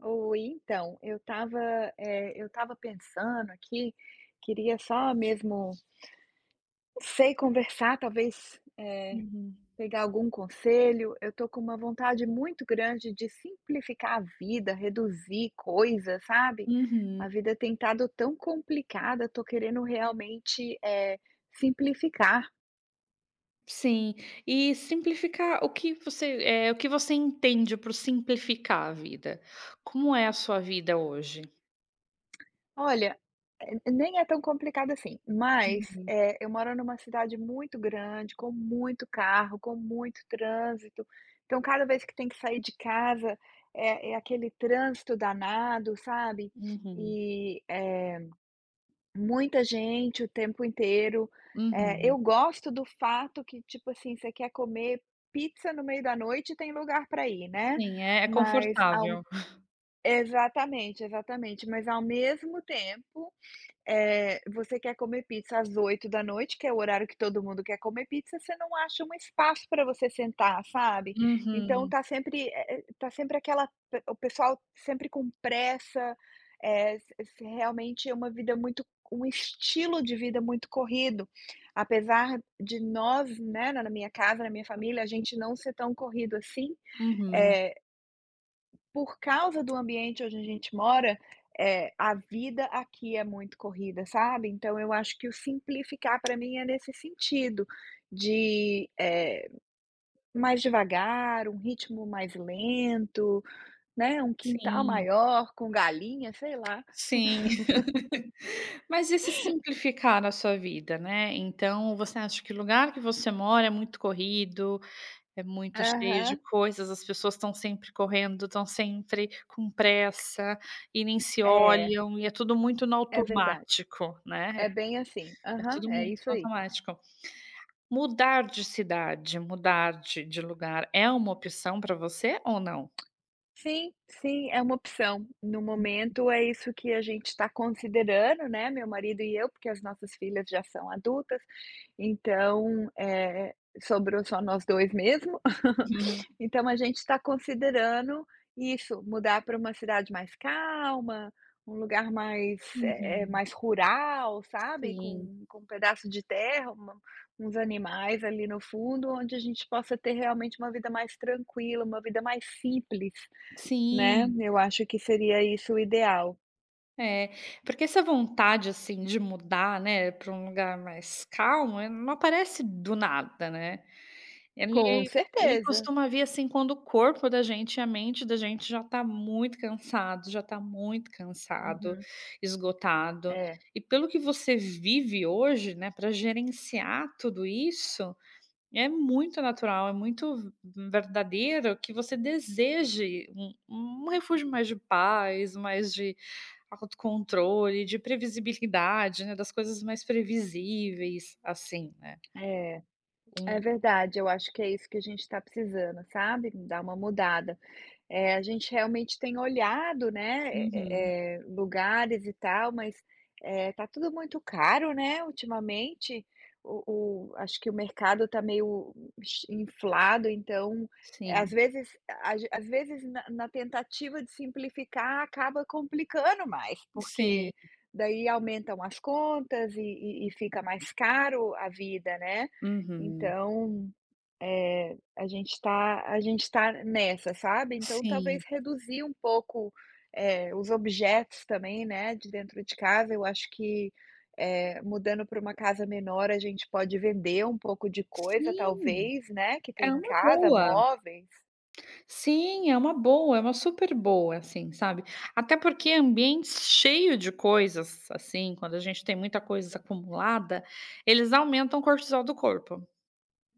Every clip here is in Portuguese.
Oi, então, eu estava, eu estava pensando aqui, queria só mesmo, não sei, conversar, talvez, Uhum, pegar algum conselho. Eu tô com uma vontade muito grande de simplificar a vida, reduzir coisas, sabe? uhum, A vida tem estado tão complicada, tô querendo realmente, simplificar. sim. E simplificar é o que você entende por simplificar a vida? Como é a sua vida hoje? Olha, nem é tão complicado assim, mas, Uhum, eu moro numa cidade muito grande, com muito carro, com muito trânsito, então cada vez que tem que sair de casa, é aquele trânsito danado, sabe, uhum, e, muita gente o tempo inteiro. Uhum. Eu gosto do fato que, tipo assim, você quer comer pizza no meio da noite e tem lugar para ir, né, Sim, é mas ao confortável. exatamente, exatamente, mas ao mesmo tempo você quer comer pizza às oito da noite, que é o horário que todo mundo quer comer pizza, você não acha um espaço para você sentar, sabe. Então Uhum, tá sempre, tá sempre aquela pe o pessoal sempre com pressa, se realmente é uma vida muito um estilo de vida muito corrido. Apesar de nós, né, na minha casa, na minha família, a gente não ser tão corrido assim, uhum. eh por causa do ambiente onde a gente mora, é a vida aqui é muito corrida, sabe. Então eu acho que o simplificar para mim é nesse sentido, de, mais devagar, um ritmo mais lento, né, um quintal Sim, maior, com galinha, sei lá. sim. Mas esse simplificar a sua vida, né, então você acha que o lugar que você mora é muito corrido. É muito cheio de Aham. coisas, as pessoas estão sempre correndo, estão sempre com pressa e nem se É, olham, e é tudo muito no é verdade. automático, né, É é bem assim. é Aham, tudo é muito isso no aí. automático. Mudar de cidade, mudar de lugar é uma opção para você ou não? Sim, sim, é uma opção. No momento é isso que a gente está considerando, né, meu marido e eu, porque as nossas filhas já são adultas, então, sobrou só nós 2 mesmo. Uhum. Então a gente está considerando isso, mudar para uma cidade mais calma, um lugar mais, Uhum. mais rural, sabe, Sim, com um pedaço de terra, uma uns animais ali no fundo, onde a gente possa ter realmente uma vida mais tranquila, uma vida mais simples. Né, sim, eu acho que seria isso o ideal. é. Porque essa vontade, assim, de mudar, né, para um lugar mais calmo, não aparece do nada, né. Com Ele ele certeza. costuma vir, assim, quando o corpo da gente e a mente da gente já tá muito cansado, já tá muito cansado, Uhum, esgotado. é. E pelo que você vive hoje, né, para gerenciar tudo isso, é muito natural, é muito verdadeiro que você deseje um refúgio mais de paz, mais de autocontrole, de previsibilidade, né, das coisas mais previsíveis, assim, né. É, é Um verdade, eu acho que é isso que a gente está precisando, sabe, dar uma mudada. A gente realmente tem olhado, né, uhum, lugares e tal, mas, tá tudo muito caro, né, ultimamente. O o acho que o mercado tá meio chi inflado, então, é, às sim. vezes às vezes na tentativa de simplificar, acaba complicando mais, Sim. porque daí aumentam as contas e e fica mais caro a vida, né. Uhum. Então a gente está nessa, sabe, então talvez Sim. reduzir um pouco, os objetos também, né, de dentro de casa, eu acho que, mudando para uma casa menor a gente pode vender um pouco de coisa Sim, talvez, né, que é tem em uma casa, boa. móveis. Sim, é uma boa, é uma super boa, assim, sabe. Até porque ambiente cheio de coisas, assim, quando a gente tem muita coisa acumulada, eles aumentam o cortisol do corpo,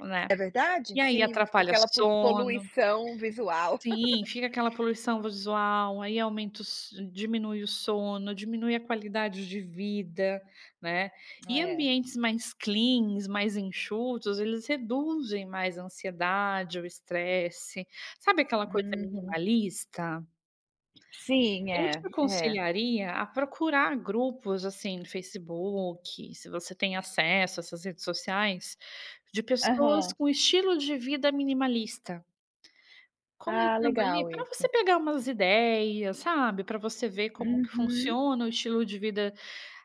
né. É verdade? E aí Sim, fica atrapalha aquela po sono. poluição visual. Sim, fica aquela poluição visual, aí aumenta o s diminui o sono, diminui a qualidade de vida, né. E É. ambientes mais cleans, mais enxutos, eles reduzem mais a ansiedade, o estresse, sabe aquela coisa Uhum. minimalista? Sim, Eu te é, é. aconselharia a procurar grupos, assim, no Facebook, se você tem acesso a essas redes sociais, de pessoas Aham. com estilo de vida minimalista. Ah, Começando ali, legal para você isso. pegar umas ideias, sabe, para você ver como que Uhum. funciona o estilo de vida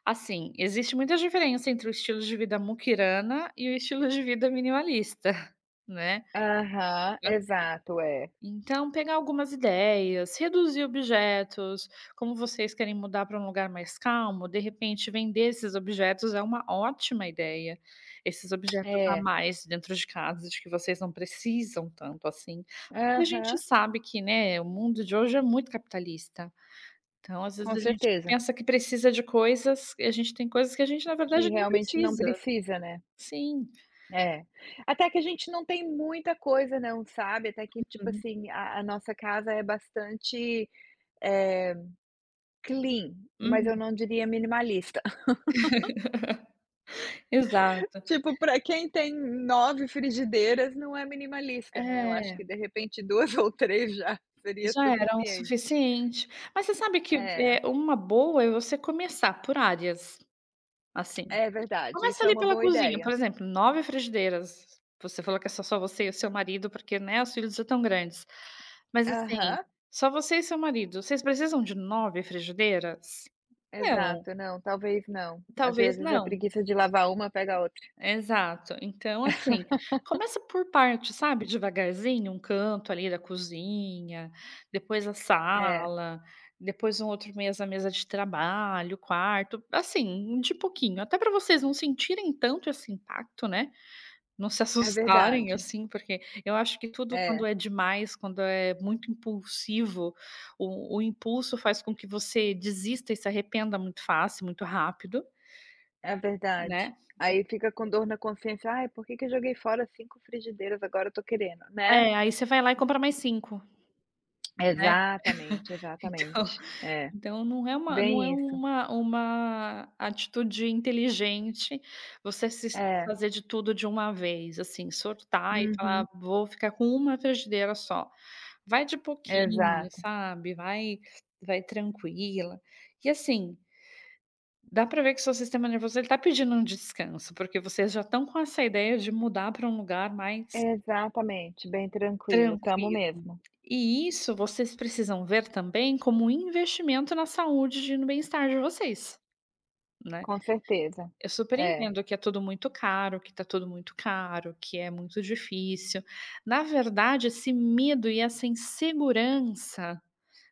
assim, existe muita diferença entre o estilo de vida muquirana e o estilo de vida minimalista, né. Aham, exato, é. Então, pegar algumas ideias, reduzir objetos, como vocês querem mudar para um lugar mais calmo, de repente vender esses objetos é uma ótima ideia. Esses objetos a É. mais dentro de casa, de que vocês não precisam tanto assim. Porque a gente Aham, sabe que, né, o mundo de hoje é muito capitalista. Então, às vezes com a gente certeza, pensa que precisa de coisas, e a gente tem coisas que a gente na que verdade nem realmente não precisa. precisa, né. Sim. É, até que a gente não tem muita coisa não, sabe, até que tipo Uhum. assim, a nossa casa é bastante, eh, clean, mas Uhum. eu não diria minimalista. Exato. Tipo, para quem tem 9 frigideiras não é minimalista, né, eu acho É. que de repente 2 ou 3 já seria Já era o suficiente. suficiente. Mas você sabe que, É, é uma boa é você começar por áreas, assim. é verdade, Começa isso é ali uma pela boa cozinha, ideia. por exemplo, 9 frigideiras. Você falou que é só você e o seu marido, porque, né, os filhos já tão grandes. Mas, assim, Aham, só você e seu marido, vocês precisam de 9 frigideiras? Não, exato, não, talvez não, às talvez vezes a não. preguiça de lavar uma pega a outra. Exato. Então, assim, começa por parte, sabe, devagarzinho, um canto ali da cozinha, depois a É, sala, depois um outro mês a mesa de trabalho, quarto, assim, de pouquinho, até para vocês não sentirem tanto esse impacto, né? Não se é assustarem verdade. assim, porque eu acho que tudo É, quando é demais, quando é muito impulsivo, o impulso faz com que você desista e se arrependa muito fácil, muito rápido, é verdade. né? Aí fica com dor na consciência: "Ai, por que que eu joguei fora 5 frigideiras, agora eu tô querendo", né. É, aí você vai lá e compra mais cinco, né? Exatamente, Então exatamente. É, não é uma não é bem isso. uma uma atitude inteligente você se É, fazer de tudo de uma vez, assim, sortar e falar: "Ah, uhum, Vou ficar com uma frigideira só". Vai de pouquinho, exato. sabe, vai tranquila. E assim, dá para ver que seu sistema nervoso ele tá pedindo um descanso, porque vocês já estão com essa ideia de mudar para um lugar mais Exatamente, bem tranquilo, tamo tranquilo. mesmo, E isso vocês precisam ver também como um investimento na saúde e no bem-estar de vocês, né. com certeza. Eu super É, entendo que é tudo muito caro, que tá tudo muito caro, que é muito difícil. Na verdade, esse medo e essa insegurança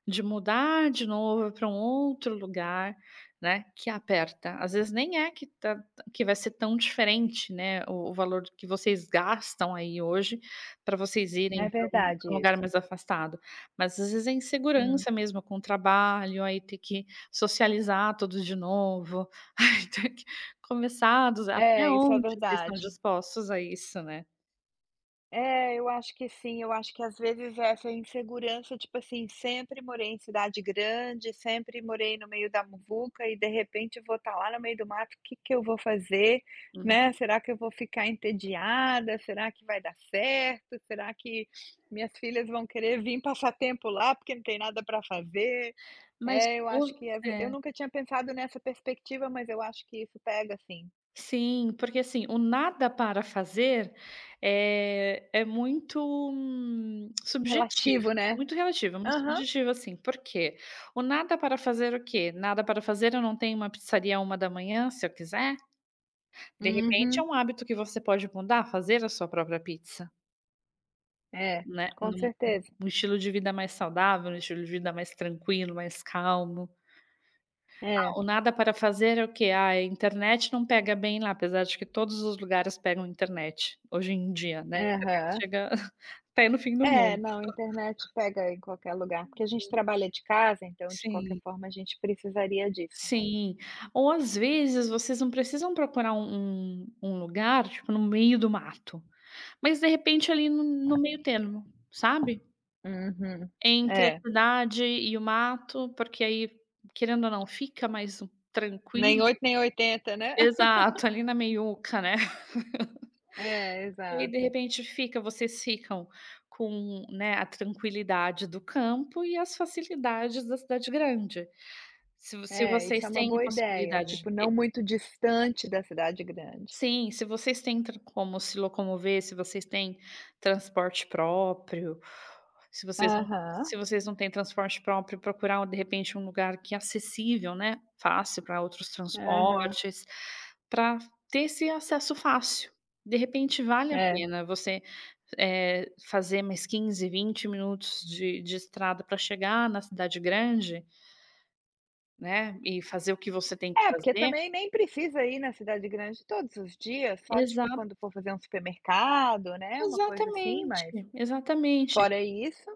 de mudar de novo para um outro lugar, né, que aperta. Às vezes nem é que vai ser tão diferente, né, o valor que vocês gastam aí hoje para vocês é irem para um verdade pra um lugar isso. mais afastado, mas às vezes é Hum. insegurança mesmo com o trabalho, aí ter que socializar tudo de novo, aí ter que começar do ze até É, isso é onde vocês estão verdade. dispostos a isso, né. É, eu acho que sim, eu acho que às vezes essa insegurança, tipo assim, sempre morei em cidade grande, sempre morei no meio da muvuca e de repente eu vou estar lá no meio do mato, o que que eu vou fazer, Hum. né? Será que eu vou ficar entediada? Será que vai dar certo? Será que minhas filhas vão querer vir passar tempo lá porque não tem nada para fazer? Mas É, eu o acho que é eu é. nunca tinha pensado nessa perspectiva, mas eu acho que isso pega assim, Sim, porque assim, o nada para fazer é muito subjetivo, relativo, é né? muito relativo, é muito Aham. subjetivo assim, porque o nada para fazer o quê? Nada para fazer, eu não tenho uma pizzaria à 1 da manhã, se eu quiser, de repente é Uhum. um hábito que você pode mudar, fazer a sua própria pizza, É, né? com certeza. Um estilo de vida mais saudável, um estilo de vida mais tranquilo, mais calmo. É, Ah, o nada para fazer é o quê? Ah, a internet não pega bem lá, apesar de que todos os lugares pegam internet, hoje em dia, né, a internet aham. chega até no fim do É, mundo. não, a internet pega em qualquer lugar, porque a gente trabalha de casa, então de qualquer Sim, forma a gente precisaria disso, né. sim. Ou às vezes vocês não precisam procurar um lugar, tipo, no meio do mato, mas de repente ali no meio termo, sabe? Uhum. Entre a É, cidade e o mato, porque aí, querendo ou não, fica mais nem tranquilo. 8 nem 80, né. Exato, ali na meiuca, né? É, E aí de exato. repente fica vocês ficam com, né, a tranquilidade do campo e as facilidades da cidade grande. Se vo se É, isso é vocês uma têm a boa ideia, possibilidade. tipo, não muito distante da cidade grande. Sim, se vocês têm tran como se locomover, se vocês têm transporte próprio, se vocês não Aham, se vocês não têm transporte próprio, procurar de repente um lugar que é acessível, né, fácil para outros aham, transportes, para ter esse acesso fácil. De repente vale a é. pena você, fazer mais 15, 20 minutos de estrada para chegar na cidade grande, né, e fazer o que você tem que É, porque fazer. também nem precisa ir na cidade grande todos os dias, só, Exa tipo, quando for fazer um supermercado, né, uma coisa assim, Exatamente, mas exatamente. fora isso,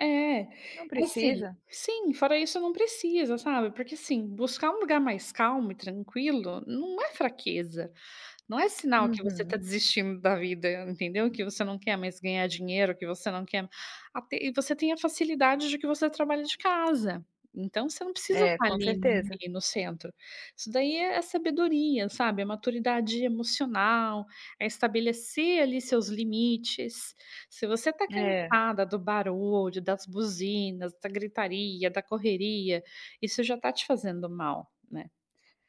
É, não assim precisa. sim, fora isso não precisa, sabe, porque assim, buscar um lugar mais calmo e tranquilo não é fraqueza. Não é sinal que você Uhum. está desistindo da vida, entendeu? Que você não quer mais ganhar dinheiro, que você não quer até e você tem a facilidade de que você trabalha de casa, então você não precisa É, estar com ali no certeza. ali no centro. Isso daí é sabedoria, sabe, é maturidade emocional, é estabelecer ali seus limites. Se você está É, cansada do barulho, das buzinas, da gritaria, da correria, isso já está te fazendo mal, né.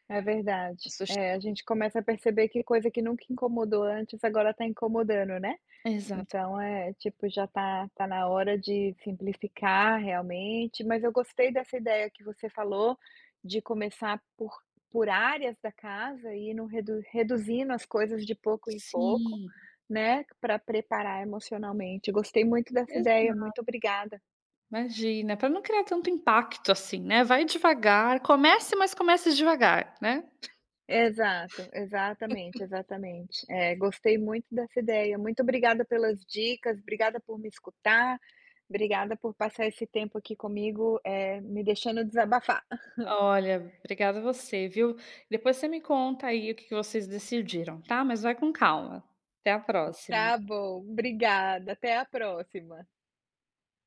é verdade. Isso j É, a gente começa a perceber que coisa que nunca incomodou antes agora está incomodando, né. exata Então é, tipo, já tá tá na hora de simplificar realmente, mas eu gostei dessa ideia que você falou, de começar por áreas da casa e ir no reduzindo as coisas de pouco em pouco, Sim, né, para preparar emocionalmente. Gostei muito dessa ideia, exato. muito obrigada. Imagina, para não criar tanto impacto assim, né, vai devagar, comece, mas comece devagar, né. Exato, exatamente, exatamente. É, gostei muito dessa ideia. Muito obrigada pelas dicas, obrigada por me escutar, obrigada por passar esse tempo aqui comigo, me deixando desabafar. Olha, obrigada a você, viu. Depois você me conta aí o que que vocês decidiram, tá, mas vai com calma. Até a próxima. Tá bom, obrigada, até a próxima.